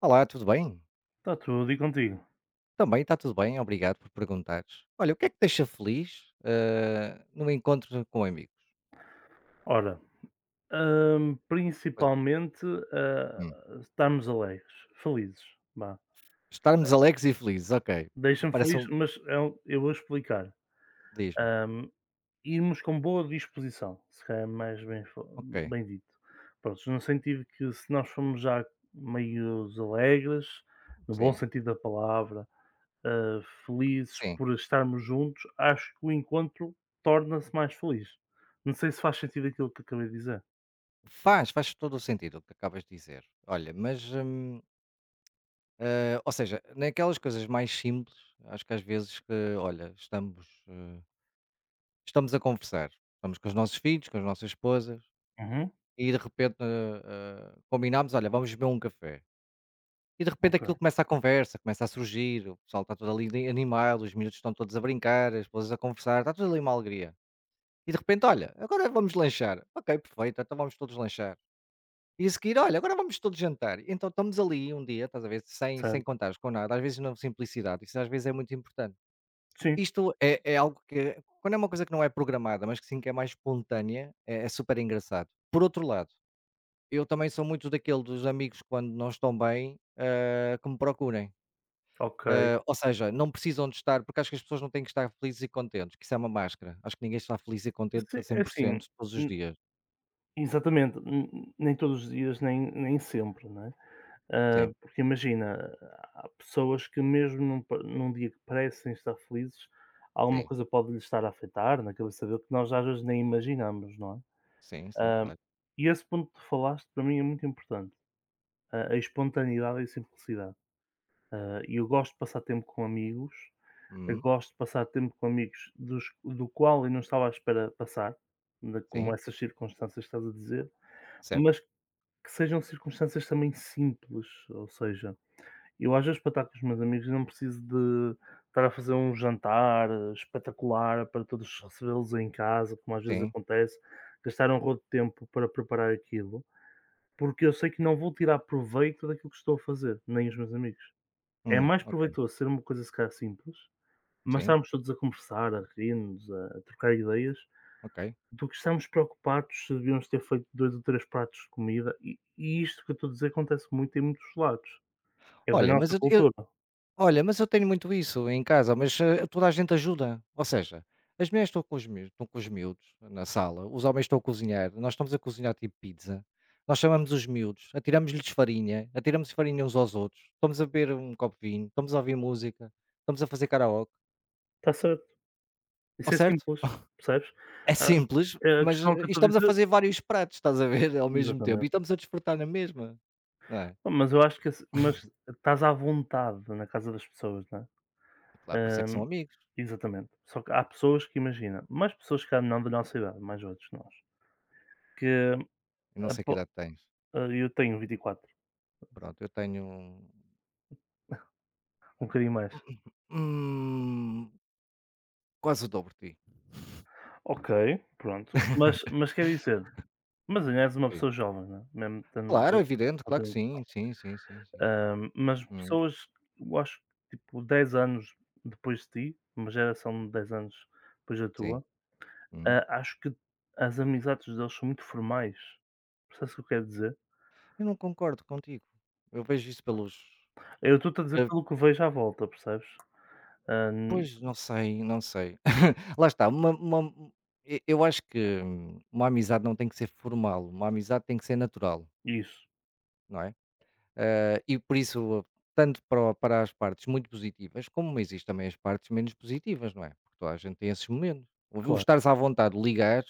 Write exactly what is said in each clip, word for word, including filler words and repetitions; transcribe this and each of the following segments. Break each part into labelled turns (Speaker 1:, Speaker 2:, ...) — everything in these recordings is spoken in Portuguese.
Speaker 1: Olá, tudo bem?
Speaker 2: Está tudo, e contigo?
Speaker 1: Também está tudo bem, obrigado por perguntares. Olha, o que é que te deixa feliz, eh, num encontro com amigos?
Speaker 2: Ora, hum,
Speaker 1: Pois,
Speaker 2: principalmente, ah,
Speaker 1: hum,
Speaker 2: estarmos alegres, felizes, vá.
Speaker 1: estarmos alegres e felizes, ok.
Speaker 2: Deixa-me
Speaker 1: Parece
Speaker 2: feliz,
Speaker 1: um,
Speaker 2: mas é um eu vou explicar.
Speaker 1: diz-me.
Speaker 2: Hum, Irmos com boa disposição, se calhar é mais bem fa
Speaker 1: Ok,
Speaker 2: bem dito. Prontos, no sentido que se nós formos já meio alegres, no bom
Speaker 1: sim,
Speaker 2: sentido da palavra, ah, felizes
Speaker 1: sim.
Speaker 2: por estarmos juntos, acho que o encontro torna-se mais feliz. Não sei se faz sentido aquilo que acabei de dizer.
Speaker 1: Faz, faz todo o sentido o que acabas de dizer. Olha, mas, hum, eh, ou seja, naquelas coisas mais simples, acho que às vezes que, olha, estamos, eh, estamos a conversar, estamos com os nossos filhos, com as nossas esposas,
Speaker 2: Uhum,
Speaker 1: e de repente eh, eh, combinamos, olha, vamos beber um café. E de repente
Speaker 2: ok,
Speaker 1: aquilo começa a conversa, começa a surgir, o pessoal está todo ali de- animado, os miúdos estão todos a brincar, as pessoas a conversar, está tudo ali uma alegria. E de repente, olha, agora vamos lanchar. Ok, perfeito, então vamos todos lanchar. E a seguir, olha, agora vamos todos jantar. E então estamos ali um dia, estás a ver, sem, sem
Speaker 2: certo.
Speaker 1: contares com nada, às vezes na simplicidade, isso às vezes é muito importante.
Speaker 2: Sim,
Speaker 1: Isto é, é algo que, quando é uma coisa que não é programada, mas que sim que é mais espontânea, é, é super engraçado. Por outro lado, eu também sou muito daquele dos amigos quando não estão bem, eh, que me procurem
Speaker 2: ok.
Speaker 1: eh, ou seja, não precisam de estar, porque acho que as pessoas não têm que estar felizes e contentes, que isso é uma máscara. Acho que ninguém está feliz e contente
Speaker 2: Sim,
Speaker 1: a
Speaker 2: é
Speaker 1: cem por
Speaker 2: assim,
Speaker 1: cento todos os
Speaker 2: n-
Speaker 1: dias.
Speaker 2: exatamente, n- nem todos os dias, nem, nem sempre, né? Ah,
Speaker 1: Sim,
Speaker 2: porque imagina, há pessoas que mesmo num pa num dia que parecem estar felizes, alguma
Speaker 1: sim,
Speaker 2: coisa pode lhes estar a afetar na cabeça dele que nós às vezes nem imaginamos, não é?
Speaker 1: sim, sim,
Speaker 2: Ah,
Speaker 1: claro.
Speaker 2: e esse ponto que tu falaste para mim é muito importante, a a espontaneidade e a simplicidade. Ah, e eu gosto de passar tempo com amigos, eu
Speaker 1: Uhum,
Speaker 2: gosto de passar tempo com amigos dos do qual eu não estava à espera passar, na como
Speaker 1: sim,
Speaker 2: essas circunstâncias que estás a dizer,
Speaker 1: certo.
Speaker 2: mas que sejam circunstâncias também simples, ou seja eu às vezes para estar com os meus amigos não preciso de estar a fazer um jantar eh, espetacular para todos recebê-los em casa, como às vezes
Speaker 1: Sim,
Speaker 2: acontece, gastar um rodo de tempo para preparar aquilo, porque eu sei que não vou tirar proveito daquilo que estou a fazer, nem os meus amigos. É
Speaker 1: hum,
Speaker 2: mais
Speaker 1: ok,
Speaker 2: proveitoso ser uma coisa se calhar simples, mas
Speaker 1: sim,
Speaker 2: estarmos todos a conversar, a rir-nos, a a trocar ideias,
Speaker 1: ok.
Speaker 2: do que estarmos preocupados se devíamos ter feito dois ou três pratos de comida. E, e isto que eu estou a dizer acontece muito em muitos lados. É da
Speaker 1: Olha, mas
Speaker 2: nossa
Speaker 1: eu,
Speaker 2: cultura.
Speaker 1: Olha, mas eu tenho muito isso em casa, mas, eh, toda a gente ajuda. Ou seja, as mulheres estão com os miú estão com os miúdos na sala, os homens estão a cozinhar, nós estamos a cozinhar tipo pizza, nós chamamos os miúdos, atiramos-lhes farinha, atiramos farinha uns aos outros, estamos a beber um copo de vinho, estamos a ouvir música, estamos a fazer karaoke,
Speaker 2: Está certo.
Speaker 1: ao
Speaker 2: Isso é
Speaker 1: certo?
Speaker 2: simples, percebes?
Speaker 1: É
Speaker 2: Ah,
Speaker 1: simples,
Speaker 2: é a
Speaker 1: mas
Speaker 2: questão que
Speaker 1: eh,
Speaker 2: eu
Speaker 1: e
Speaker 2: estou a
Speaker 1: estamos a
Speaker 2: dizer
Speaker 1: fazer vários pratos, estás a ver, ao mesmo tempo e
Speaker 2: exatamente.
Speaker 1: estamos a desfrutar na mesma, não é?
Speaker 2: Pá, mas eu acho que esse mas estás à vontade na casa das pessoas, não
Speaker 1: É claro, por isso
Speaker 2: é?
Speaker 1: é que são
Speaker 2: Hum,
Speaker 1: amigos.
Speaker 2: exatamente. Só que há pessoas que imagina, mais pessoas cá não da nossa idade, mais outros nós, que
Speaker 1: Eu não sei que
Speaker 2: apo
Speaker 1: idade tens.
Speaker 2: ah, eu tenho vinte e quatro,
Speaker 1: Pronto, eu tenho, um,
Speaker 2: um bocadinho mais.
Speaker 1: hum quase o dobro de ti.
Speaker 2: Ok, pronto, mas mas quer dizer, mas ainda és uma
Speaker 1: Sim.
Speaker 2: pessoa jovem, não é? Mesmo estando.
Speaker 1: Claro, é evidente, claro que sim, sim, sim, sim, sim, sim.
Speaker 2: Ahm, mas
Speaker 1: Uhum,
Speaker 2: pessoas, eu acho que tipo dez anos depois de ti, uma geração de dez anos depois da
Speaker 1: sim,
Speaker 2: tua,
Speaker 1: uhum.
Speaker 2: ah, acho que as amizades deles são muito formais. Percebes o que eu quero dizer?
Speaker 1: Eu não concordo contigo. Eu vejo isso pelos
Speaker 2: Eu estou-te a dizer
Speaker 1: eh,
Speaker 2: pelo que vejo à volta, percebes? Hum,
Speaker 1: pois, não sei, não sei. Lá está, uma uma um, e eu acho que hum, uma amizade não tem que ser formal, uma amizade tem que ser natural,
Speaker 2: isso,
Speaker 1: não é? Ah, e por isso, tanto para o para as partes muito positivas, como existem também as partes menos positivas, não é? Porque toda a gente tem esses momentos. O o
Speaker 2: claro,
Speaker 1: estares à vontade de ligar.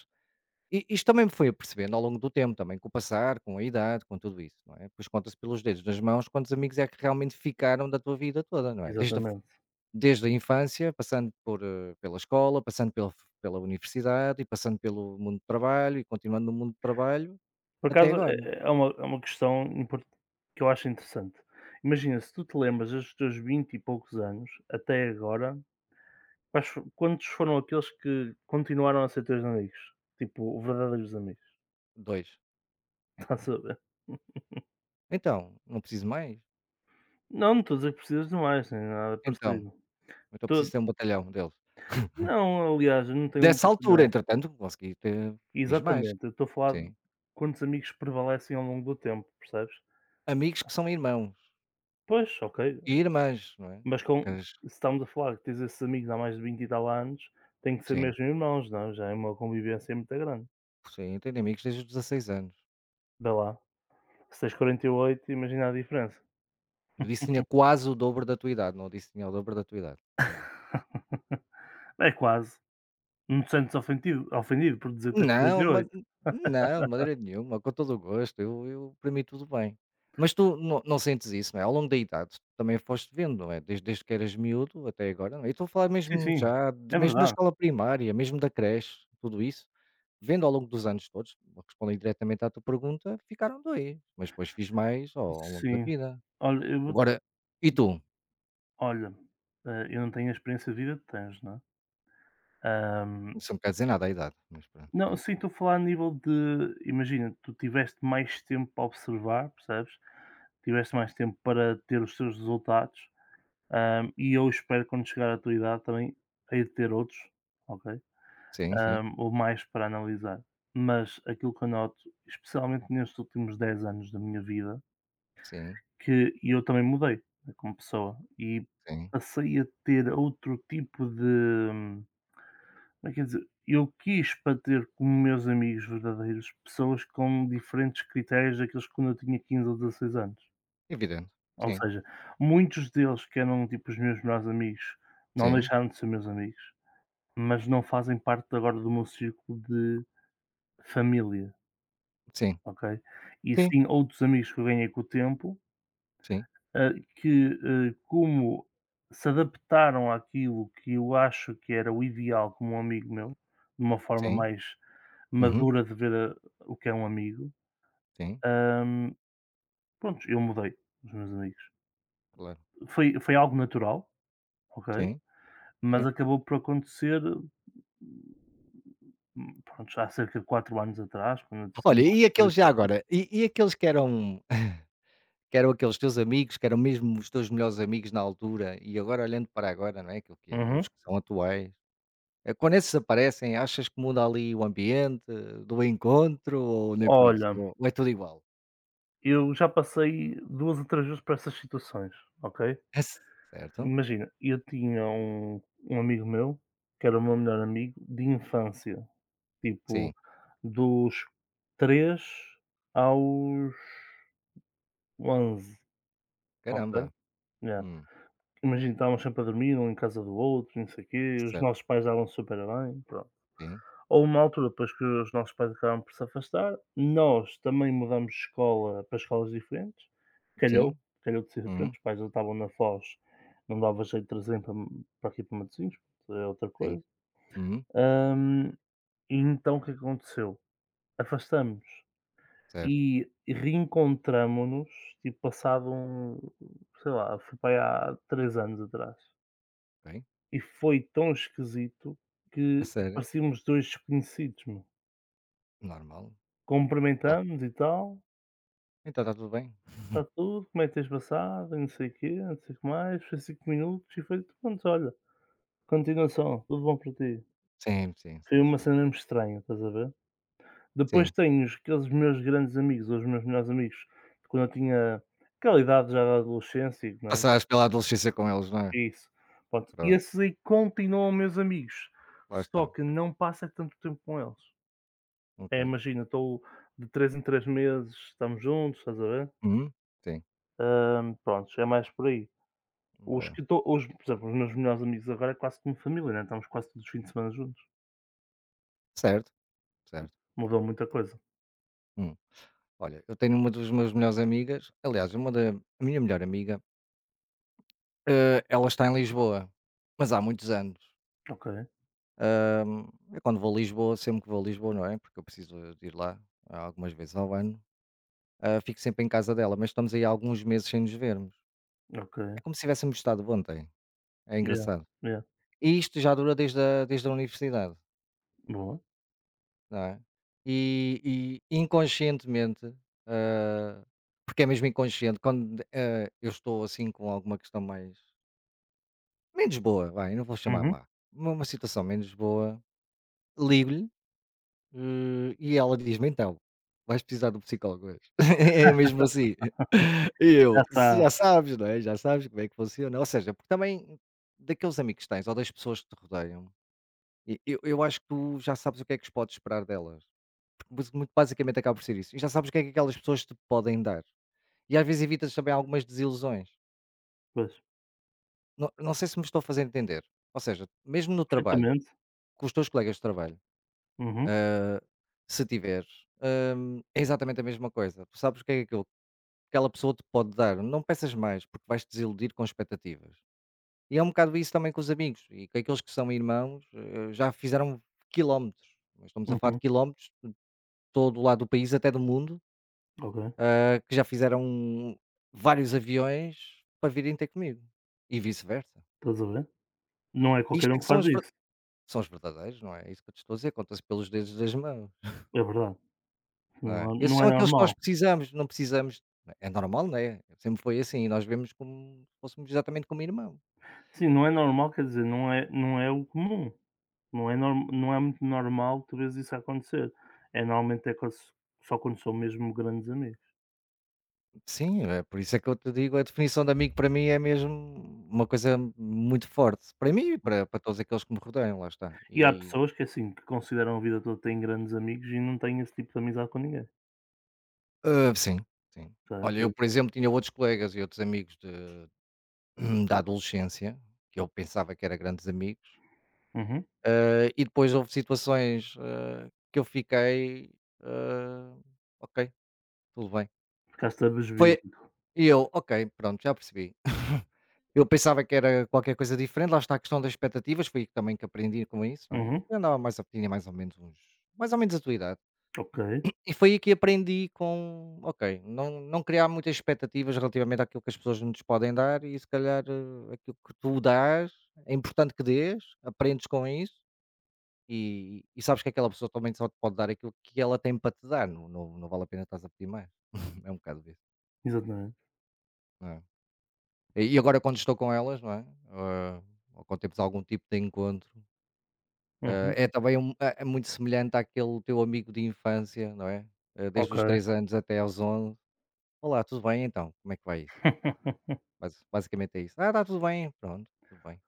Speaker 1: E isto também me foi apercebendo ao longo do tempo, também com o passar, com a idade, com tudo isso, não é? Pois conta-se pelos dedos das mãos quantos amigos é que realmente ficaram da tua vida toda, não é? Desde a, f-
Speaker 2: exatamente.
Speaker 1: desde a infância, passando por, eh, pela escola, passando pela, f- pela universidade e passando pelo mundo do trabalho e continuando no mundo do trabalho
Speaker 2: Por
Speaker 1: até
Speaker 2: acaso
Speaker 1: agora.
Speaker 2: é é é uma, é uma questão import- que eu acho interessante. Imagina, se tu te lembras dos teus vinte e poucos anos até agora, Quais fo quantos foram aqueles que continuaram a ser teus amigos? Tipo, verdadeiros amigos,
Speaker 1: Dois.
Speaker 2: estás a ver?
Speaker 1: Então, não preciso mais?
Speaker 2: Não, não estou a dizer que precisas de mais, nem nada
Speaker 1: Então,
Speaker 2: parecido.
Speaker 1: então preciso
Speaker 2: Tô
Speaker 1: ter um batalhão deles.
Speaker 2: Não, aliás, eu não tenho um
Speaker 1: Dessa altura,
Speaker 2: não.
Speaker 1: entretanto, consegui ter, fiz mais,
Speaker 2: Exatamente, eu estou a falar de
Speaker 1: sim.
Speaker 2: quantos amigos prevalecem ao longo do tempo, percebes?
Speaker 1: Amigos que são irmãos
Speaker 2: Pois, ok,
Speaker 1: e irmãs, não é?
Speaker 2: mas
Speaker 1: Porque
Speaker 2: com
Speaker 1: as-
Speaker 2: se estamos a falar que tens esses amigos há mais de vinte e tal anos, têm que ser
Speaker 1: sim.
Speaker 2: mesmo irmãos, não, é? Já é uma convivência muito grande.
Speaker 1: Sim, tenho amigos desde os dezasseis anos.
Speaker 2: Vê lá, se tens quarenta e oito, imagina a diferença.
Speaker 1: Eu disse que tinha quase o dobro da tua idade, não disse que tinha o dobro da tua idade.
Speaker 2: É quase. Não te sentes ofendido ofendido por dizer que tens quarenta
Speaker 1: Não,
Speaker 2: e
Speaker 1: de ma
Speaker 2: oito.
Speaker 1: não, de maneira nenhuma, com todo o gosto, eu eu para mim tudo bem. Mas tu não não sentes isso, não é? Ao longo da idade também foste vendo, não é? Desde desde que eras miúdo até agora, não é? Eu estou a falar
Speaker 2: Sim,
Speaker 1: mesmo
Speaker 2: sim,
Speaker 1: já de
Speaker 2: é
Speaker 1: mesmo da
Speaker 2: verdade.
Speaker 1: escola primária, mesmo da creche, tudo isso, vendo ao longo dos anos todos, respondendo diretamente à tua pergunta, ficaram dois, mas depois fiz mais ao ao longo da
Speaker 2: Sim.
Speaker 1: vida.
Speaker 2: Olha, eu vou
Speaker 1: Agora e tu?
Speaker 2: olha, eh, eu não tenho a experiência de vida que tens, não é? Ahm,
Speaker 1: Isso não quer dizer nada à idade, mas pronto,
Speaker 2: não,
Speaker 1: sim.
Speaker 2: sim, estou a falar a nível de imagina, tu tiveste mais tempo para observar, percebes? Tiveste mais tempo para ter os teus resultados, ahm, e eu espero que quando chegar à tua idade também hei de ter outros, ok?
Speaker 1: Sim, sim,
Speaker 2: Ahm, ou mais para analisar. Mas aquilo que eu noto, especialmente nestes últimos dez anos da minha vida,
Speaker 1: sim,
Speaker 2: que eu também mudei, né, como pessoa, e
Speaker 1: sim,
Speaker 2: passei a ter outro tipo de hum, como é que eu dizer? Eu quis para ter como meus amigos verdadeiros pessoas com diferentes critérios daqueles que quando eu tinha quinze ou dezasseis anos.
Speaker 1: evidente.
Speaker 2: Ou
Speaker 1: Sim,
Speaker 2: seja, muitos deles que eram tipo os meus melhores amigos, não
Speaker 1: sim,
Speaker 2: deixaram de ser meus amigos, mas não fazem parte agora do meu círculo de família,
Speaker 1: sim,
Speaker 2: ok? E
Speaker 1: sim,
Speaker 2: sim outros amigos que eu ganhei com o tempo,
Speaker 1: sim,
Speaker 2: ah, que, ah, como se adaptaram àquilo que eu acho que era o ideal como um amigo meu, de uma forma
Speaker 1: sim,
Speaker 2: mais
Speaker 1: uhum,
Speaker 2: madura de ver a o que é um amigo,
Speaker 1: sim,
Speaker 2: hum, pronto, eu mudei os meus amigos.
Speaker 1: claro,
Speaker 2: Foi foi algo natural, ok,
Speaker 1: sim,
Speaker 2: mas
Speaker 1: sim.
Speaker 2: acabou por acontecer, hum, pronto, há cerca de quatro anos atrás, quando eu disse.
Speaker 1: Olha, e aqueles já agora, e e aqueles que eram que eram aqueles teus amigos, que eram mesmo os teus melhores amigos na altura e agora olhando para agora, não é, aquilo que é
Speaker 2: Uhum.
Speaker 1: os que são atuais, eh, quando esses aparecem, achas que muda ali o ambiente eh, do encontro ou nem por isso?
Speaker 2: Olha,
Speaker 1: Ou ou é tudo igual?
Speaker 2: eu já passei duas ou três vezes por essas situações, ok?
Speaker 1: É c- Certo?
Speaker 2: Imagina, eu tinha um um amigo meu, que era o meu melhor amigo de infância,
Speaker 1: Sim,
Speaker 2: tipo dos três aos onze, ok?
Speaker 1: caramba,
Speaker 2: Yeah.
Speaker 1: hum,
Speaker 2: Imagina, estávamos sempre a dormir um em casa do outro não sei o quê, os nossos
Speaker 1: certo,
Speaker 2: pais davam super bem, pronto.
Speaker 1: sim,
Speaker 2: Houve uma altura depois que os nossos pais acabaram por se afastar, nós também mudamos de escola para escolas diferentes, calhou,
Speaker 1: sim,
Speaker 2: calhou de ser
Speaker 1: uhum.
Speaker 2: diferente, os pais já estavam na Foz, não dava jeito de trazerem para para aqui para Matosinhos, é outra
Speaker 1: Sim.
Speaker 2: coisa.
Speaker 1: Uhum.
Speaker 2: Hum, e então o que aconteceu? Afastamo
Speaker 1: Certo.
Speaker 2: e reencontramo-nos, tipo, passado um sei lá, foi para aí há três anos atrás,
Speaker 1: Bem.
Speaker 2: e foi tão esquisito
Speaker 1: A
Speaker 2: que
Speaker 1: sério?
Speaker 2: parecíamos dois desconhecidos, meu.
Speaker 1: Normal. Ah,
Speaker 2: Cumprimentamos e tal,
Speaker 1: então está tudo bem?
Speaker 2: está tudo, como é que tens passado e não sei o quê, não sei o que mais, foi cinco minutos e foi pronto, olha, continuação, tudo bom para ti.
Speaker 1: Sim, sim,
Speaker 2: Foi
Speaker 1: sim,
Speaker 2: uma
Speaker 1: sim.
Speaker 2: cena mesmo estranha, estás a ver? Depois
Speaker 1: Sim.
Speaker 2: tenho os aqueles meus grandes amigos, ou os meus melhores amigos, de quando eu tinha aquela idade já da adolescência, não é?
Speaker 1: Passaste pela adolescência com eles, não é?
Speaker 2: É isso. Pronto, e
Speaker 1: Pronto.
Speaker 2: esses aí continuam meus amigos,
Speaker 1: Lá
Speaker 2: só
Speaker 1: está.
Speaker 2: que não passa tanto tempo com eles.
Speaker 1: Ok.
Speaker 2: É, imagina, estou de três em três meses, estamos juntos, estás a ver?
Speaker 1: Uhum. Sim.
Speaker 2: Hã, prontos, é mais por aí. Os
Speaker 1: Boa.
Speaker 2: que estou os Por exemplo, os meus melhores amigos agora é quase como família, né, estamos quase todos os fins de semana juntos.
Speaker 1: Certo. Certo.
Speaker 2: Mudou muita coisa.
Speaker 1: Hum. Olha, eu tenho uma das minhas melhores amigas. Aliás, uma da a minha melhor amiga. Eh, ela está em Lisboa. Mas há muitos anos.
Speaker 2: Ok,
Speaker 1: Hum, eu quando vou a Lisboa, sempre que vou a Lisboa, não é? Porque eu preciso de ir lá ah, algumas vezes ao ano. Ah, fico sempre em casa dela, mas estamos aí há alguns meses sem nos vermos. É
Speaker 2: ok.
Speaker 1: como se tivéssemos estado ontem, é
Speaker 2: Yeah,
Speaker 1: engraçado.
Speaker 2: yeah.
Speaker 1: E isto já dura desde a desde a universidade,
Speaker 2: Boa.
Speaker 1: não é? E e inconscientemente, hã, porque é mesmo inconsciente, quando, hã, eu estou assim com alguma questão mais menos boa, vai, não vou chamar
Speaker 2: Uhum.
Speaker 1: má, uma uma situação menos boa, ligo-lhe, hã, e ela diz-me: "Então, vais precisar de um psicólogo hoje". É mesmo assim. E
Speaker 2: Já
Speaker 1: eu: "Se
Speaker 2: sabe.
Speaker 1: já sabes, não é, já sabes como é que funciona". Ou seja, porque também daqueles amigos que tens ou das pessoas que te rodeiam. E eu eu acho que tu já sabes o que é que podes esperar delas, porque basi muito basicamente acaba por ser isso, e já sabes o que é que aquelas pessoas te podem dar, e às vezes evitas também algumas desilusões.
Speaker 2: Pois.
Speaker 1: Não não sei se me estou a fazer entender, ou seja, mesmo no trabalho,
Speaker 2: Perfeitamente.
Speaker 1: com os teus colegas de trabalho,
Speaker 2: Uhum,
Speaker 1: se tiveres, ah, é exatamente a mesma coisa, tu sabes o que é que aquilo aquela pessoa te pode dar, não peças mais, porque vais-te desiludir com expectativas. E é um bocado isso também com os amigos, e com aqueles que são irmãos, eh, já fizeram quilómetros, mas estamos a falar de
Speaker 2: uhum.
Speaker 1: quilómetros de todo o lado do país até do mundo
Speaker 2: Ok,
Speaker 1: que já fizeram vários aviões para virem ter comigo e vice-versa.
Speaker 2: estás a ver? Não é qualquer
Speaker 1: Isto é
Speaker 2: um
Speaker 1: que
Speaker 2: que
Speaker 1: são
Speaker 2: faz
Speaker 1: os ver
Speaker 2: isso.
Speaker 1: são os verdadeiros, não é? É isso que eu te estou a dizer, conta-se pelos dedos das mãos,
Speaker 2: É verdade.
Speaker 1: não
Speaker 2: Não
Speaker 1: é?
Speaker 2: não
Speaker 1: Esses
Speaker 2: é
Speaker 1: são aqueles que
Speaker 2: normal.
Speaker 1: nós precisamos, não precisamos é. É normal, não é? Sempre foi assim, nós vemos como se fôssemos exatamente como irmão.
Speaker 2: Sim, não é normal, quer dizer, não é não é o comum. Não é norm não é muito normal tu vês isso acontecer. É normalmente é quando só quando são mesmo grandes amigos.
Speaker 1: Sim, é por isso é que eu te digo, a definição de amigo para mim é mesmo uma coisa muito forte, para mim e para para todos aqueles que me rodeiam, lá está.
Speaker 2: E há
Speaker 1: E,
Speaker 2: pessoas que, assim, que consideram a vida toda têm grandes amigos e não têm esse tipo de amizade com ninguém,
Speaker 1: hã, sim, sim.
Speaker 2: sabes?
Speaker 1: Olha, eu,
Speaker 2: Eu
Speaker 1: por exemplo, tinha outros colegas e outros amigos de da adolescência, que eu pensava que era grandes amigos,
Speaker 2: Uhum.
Speaker 1: eh, e depois houve situações, eh, que eu fiquei, eh, ok, tudo bem.
Speaker 2: Ficaste
Speaker 1: Foi
Speaker 2: abesbílico.
Speaker 1: e eu, ok, pronto, já percebi. Eu pensava que era qualquer coisa diferente, lá está a questão das expectativas, foi também que aprendi com isso, não é?
Speaker 2: Uhum,
Speaker 1: Eu andava mais ou tinha mais ou menos uns mais ou menos a tua idade.
Speaker 2: ok,
Speaker 1: E foi aí que aprendi com, ok, não, não criar muitas expectativas relativamente àquilo que as pessoas nos podem dar e se calhar eh, aquilo que tu dás é importante que dês, aprendes com isso e, e sabes que aquela pessoa também só te pode dar aquilo que ela tem para te dar, não, não, não vale a pena estás a pedir mais. É um bocado isso.
Speaker 2: exatamente.
Speaker 1: Não é? E e agora quando estou com elas, não é? Eh, ou quando temos algum tipo de encontro,
Speaker 2: Uhum,
Speaker 1: eh, é também um- é é muito semelhante àquele teu amigo de infância, não é? Eh, Desde os
Speaker 2: ok.
Speaker 1: três anos até aos onze. Olá, tudo bem então? Como é que vai isso? Basi basicamente é isso. "Ah, está tudo bem", pronto, tudo bem.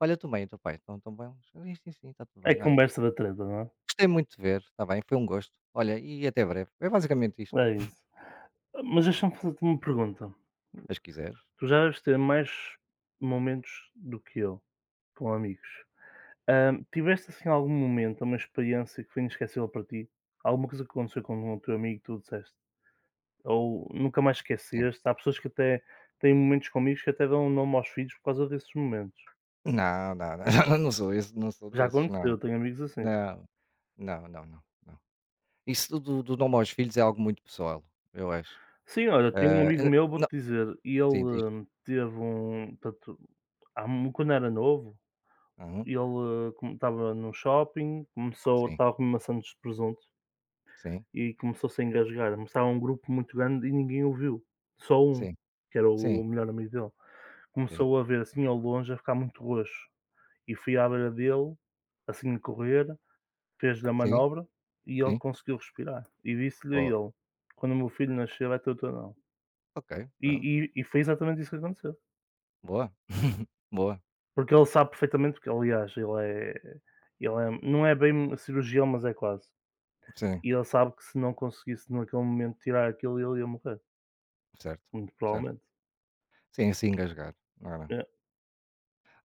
Speaker 1: "Olha, tu bem, e teu pai, estão estão bem?" "Sim, sim, sim, está tudo
Speaker 2: É
Speaker 1: bem. Olha,
Speaker 2: conversa da treta, não é?
Speaker 1: gostei muito de ver, está bem, foi um gosto. Olha, e até breve". É basicamente isto,
Speaker 2: É isso. Mas
Speaker 1: não é?
Speaker 2: deixa-me fazer-te uma pergunta.
Speaker 1: Mas se quiseres,
Speaker 2: Tu já deves ter mais momentos do que eu, com amigos. Hã, tiveste, assim, algum momento, uma experiência que foi inesquecível para ti? Alguma coisa que aconteceu com um teu amigo e tu disseste ou nunca mais
Speaker 1: sim.
Speaker 2: esqueceste. Há pessoas que até têm momentos comigo que até dão um nome aos filhos por causa desses momentos.
Speaker 1: Não, não, não, não sou esse não sou
Speaker 2: Já
Speaker 1: desses, não.
Speaker 2: aconteceu, tenho amigos assim.
Speaker 1: Não, não, não, não, não. Isso do do nome aos filhos é algo muito pessoal, eu acho.
Speaker 2: Sim, olha, tenho um
Speaker 1: Ah,
Speaker 2: amigo
Speaker 1: hã,
Speaker 2: meu, vou-te
Speaker 1: não,
Speaker 2: dizer, e ele
Speaker 1: sim, diz.
Speaker 2: hum, teve um. Portanto, há mu- quando era novo,
Speaker 1: Uhum.
Speaker 2: ele estava num shopping, começou,
Speaker 1: Sim,
Speaker 2: estava a uma maçãs de presunto
Speaker 1: sim,
Speaker 2: e começou-se a engasgar. Mas estava um grupo muito grande e ninguém o viu. Só um,
Speaker 1: sim,
Speaker 2: que era o,
Speaker 1: sim,
Speaker 2: o melhor amigo dele.
Speaker 1: sim,
Speaker 2: Começou a ver assim ao longe, a ficar muito roxo. E fui à beira dele, assim a correr, fez-lhe a
Speaker 1: sim,
Speaker 2: manobra e ele
Speaker 1: sim.
Speaker 2: conseguiu respirar. E disse-lhe a
Speaker 1: Oh,
Speaker 2: ele: "Quando o meu filho nascer, vai ter o teu nome."
Speaker 1: ok,
Speaker 2: E,
Speaker 1: pronto.
Speaker 2: e, e foi exatamente isso que aconteceu.
Speaker 1: Boa, boa.
Speaker 2: Porque ele sabe perfeitamente, porque aliás, ele é. Ele é, não é bem cirurgião, mas é quase.
Speaker 1: Sim,
Speaker 2: E ele sabe que se não conseguisse naquele momento tirar aquilo, ele ia morrer.
Speaker 1: certo,
Speaker 2: Muito
Speaker 1: certo.
Speaker 2: provavelmente.
Speaker 1: Sim, assim engasgar, não é.
Speaker 2: É.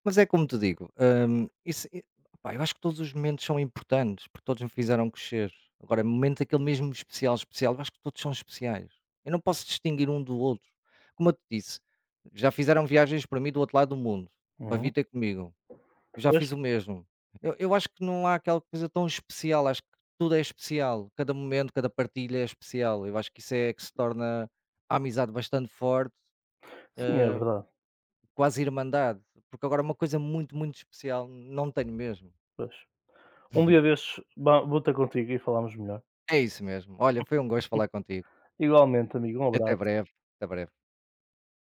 Speaker 1: Mas é como te digo, hum, isso e opá, eu acho que todos os momentos são importantes, porque todos me fizeram crescer. Agora, momento aquele mesmo especial, especial, eu acho que todos são especiais. Eu não posso distinguir um do outro. Como eu te disse, já fizeram viagens para mim do outro lado do mundo, para
Speaker 2: Uhum.
Speaker 1: vir ter comigo. Eu já
Speaker 2: Pois,
Speaker 1: fiz o mesmo. Eu eu acho que não há aquela coisa tão especial, acho que tudo é especial, cada momento, cada partilha é especial. Eu acho que isso é que se torna a amizade bastante forte,
Speaker 2: sim, é verdade.
Speaker 1: quase irmandade, porque agora uma coisa muito, muito especial não tenho mesmo.
Speaker 2: Pois. Um dia destes, ba- vou ter contigo e falamos melhor.
Speaker 1: É isso mesmo. Olha, foi um gosto falar contigo.
Speaker 2: Igualmente, amigo, um
Speaker 1: Até
Speaker 2: abraço.
Speaker 1: breve, até breve.